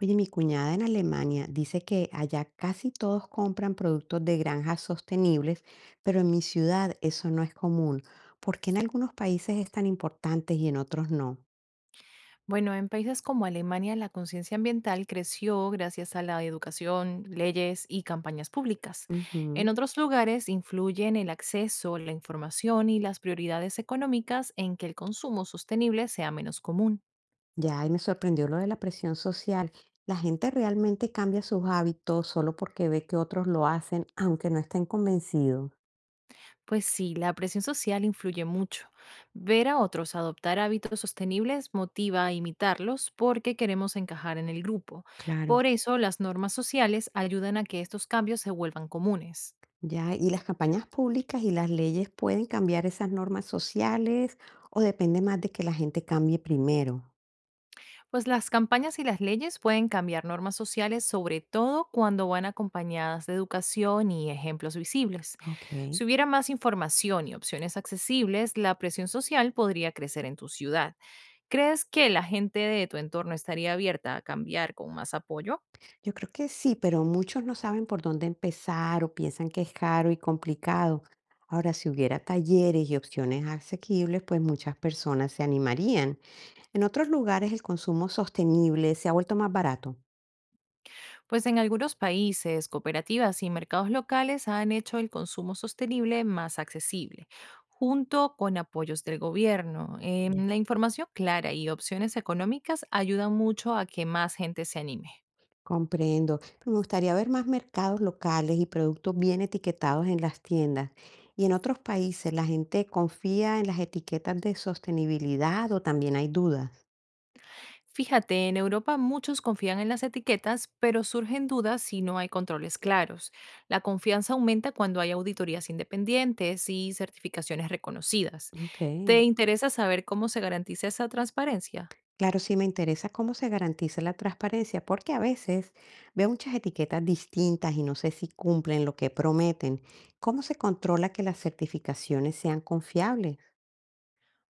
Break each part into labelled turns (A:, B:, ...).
A: Oye, mi cuñada en Alemania dice que allá casi todos compran productos de granjas sostenibles, pero en mi ciudad eso no es común. ¿Por qué en algunos países es tan importante y en otros no?
B: Bueno, en países como Alemania la conciencia ambiental creció gracias a la educación, leyes y campañas públicas. En
A: Ujú.
B: otros lugares influyen el acceso, la información y las prioridades económicas en que el consumo sostenible sea menos común.
A: Ya, y me sorprendió lo de la presión social. La gente realmente cambia sus hábitos solo porque ve que otros lo hacen, aunque no estén convencidos.
B: Pues sí, la presión social influye mucho. Ver a otros adoptar hábitos sostenibles motiva a imitarlos porque queremos encajar en el grupo.
A: Claro.
B: Por eso las normas sociales ayudan a que estos cambios se vuelvan comunes.
A: Ya, y las campañas públicas y las leyes pueden cambiar esas normas sociales o depende más de que la gente cambie primero.
B: Pues las campañas y las leyes pueden cambiar normas sociales, sobre todo cuando van acompañadas de educación y ejemplos visibles.
A: Ok.
B: Si hubiera más información y opciones accesibles, la presión social podría crecer en tu ciudad. ¿Crees que la gente de tu entorno estaría abierta a cambiar con más apoyo?
A: Yo creo que sí, pero muchos no saben por dónde empezar o piensan que es caro y complicado. Ahora, si hubiera talleres y opciones asequibles, pues muchas personas se animarían. En otros lugares el consumo sostenible se ha vuelto más barato.
B: Pues en algunos países, cooperativas y mercados locales han hecho el consumo sostenible más accesible, junto con apoyos del gobierno.
A: Ya.
B: La información clara y opciones económicas ayudan mucho a que más gente se anime.
A: Comprendo, pero me gustaría ver más mercados locales y productos bien etiquetados en las tiendas. Y en otros países, ¿la gente confía en las etiquetas de sostenibilidad o también hay dudas?
B: Fíjate, en Europa muchos confían en las etiquetas, pero surgen dudas si no hay controles claros. La confianza aumenta cuando hay auditorías independientes y certificaciones reconocidas.
A: Ok.
B: ¿Te interesa saber cómo se garantiza esa transparencia?
A: Claro, sí me interesa cómo se garantiza la transparencia, porque a veces veo muchas etiquetas distintas y no sé si cumplen lo que prometen. ¿Cómo se controla que las certificaciones sean confiables?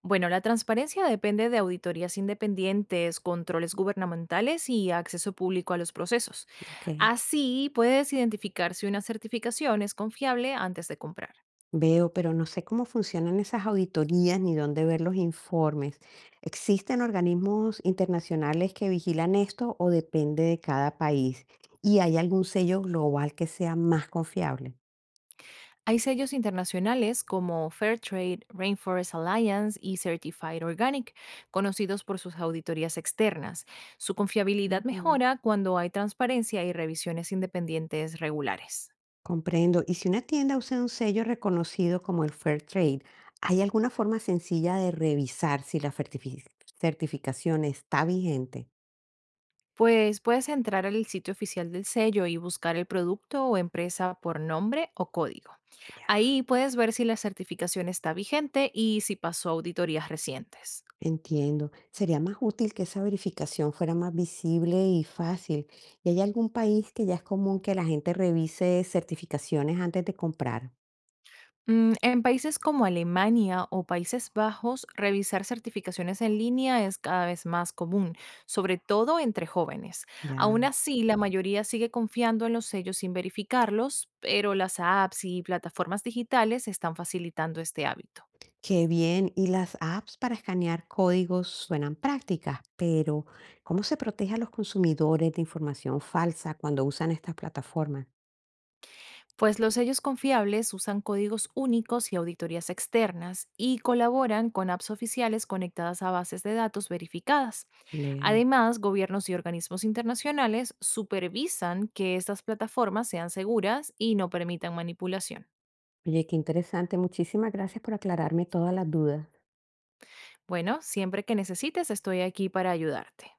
B: Bueno, la transparencia depende de auditorías independientes, controles gubernamentales y acceso público a los procesos.
A: Ok.
B: Así puedes identificar si una certificación es confiable antes de comprar.
A: Veo, pero no sé cómo funcionan esas auditorías ni dónde ver los informes. ¿Existen organismos internacionales que vigilan esto o depende de cada país? ¿Y hay algún sello global que sea más confiable?
B: Hay sellos internacionales como Fairtrade, Rainforest Alliance y Certified Organic, conocidos por sus auditorías externas. Su confiabilidad
A: Ujú.
B: mejora cuando hay transparencia y revisiones independientes regulares.
A: Comprendo. Y si una tienda usa un sello reconocido como el Fair Trade, ¿hay alguna forma sencilla de revisar si la certificación está vigente?
B: Pues puedes entrar al sitio oficial del sello y buscar el producto o empresa por nombre o código.
A: Ya.
B: Ahí puedes ver si la certificación está vigente y si pasó auditorías recientes.
A: Entiendo. Sería más útil que esa verificación fuera más visible y fácil. ¿Y hay algún país que ya es común que la gente revise certificaciones antes de comprar?
B: En países como Alemania o Países Bajos, revisar certificaciones en línea es cada vez más común, sobre todo entre jóvenes. Aún
A: Ya.
B: así, la mayoría sigue confiando en los sellos sin verificarlos, pero las apps y plataformas digitales están facilitando este hábito.
A: Qué bien. Y las apps para escanear códigos suenan prácticas, pero ¿cómo se protege a los consumidores de información falsa cuando usan estas plataformas?
B: Pues los sellos confiables usan códigos únicos y auditorías externas y colaboran con apps oficiales conectadas a bases de datos verificadas.
A: Veo.
B: Además, gobiernos y organismos internacionales supervisan que estas plataformas sean seguras y no permitan manipulación.
A: Oye, qué interesante. Muchísimas gracias por aclararme todas las dudas.
B: Bueno, siempre que necesites estoy aquí para ayudarte.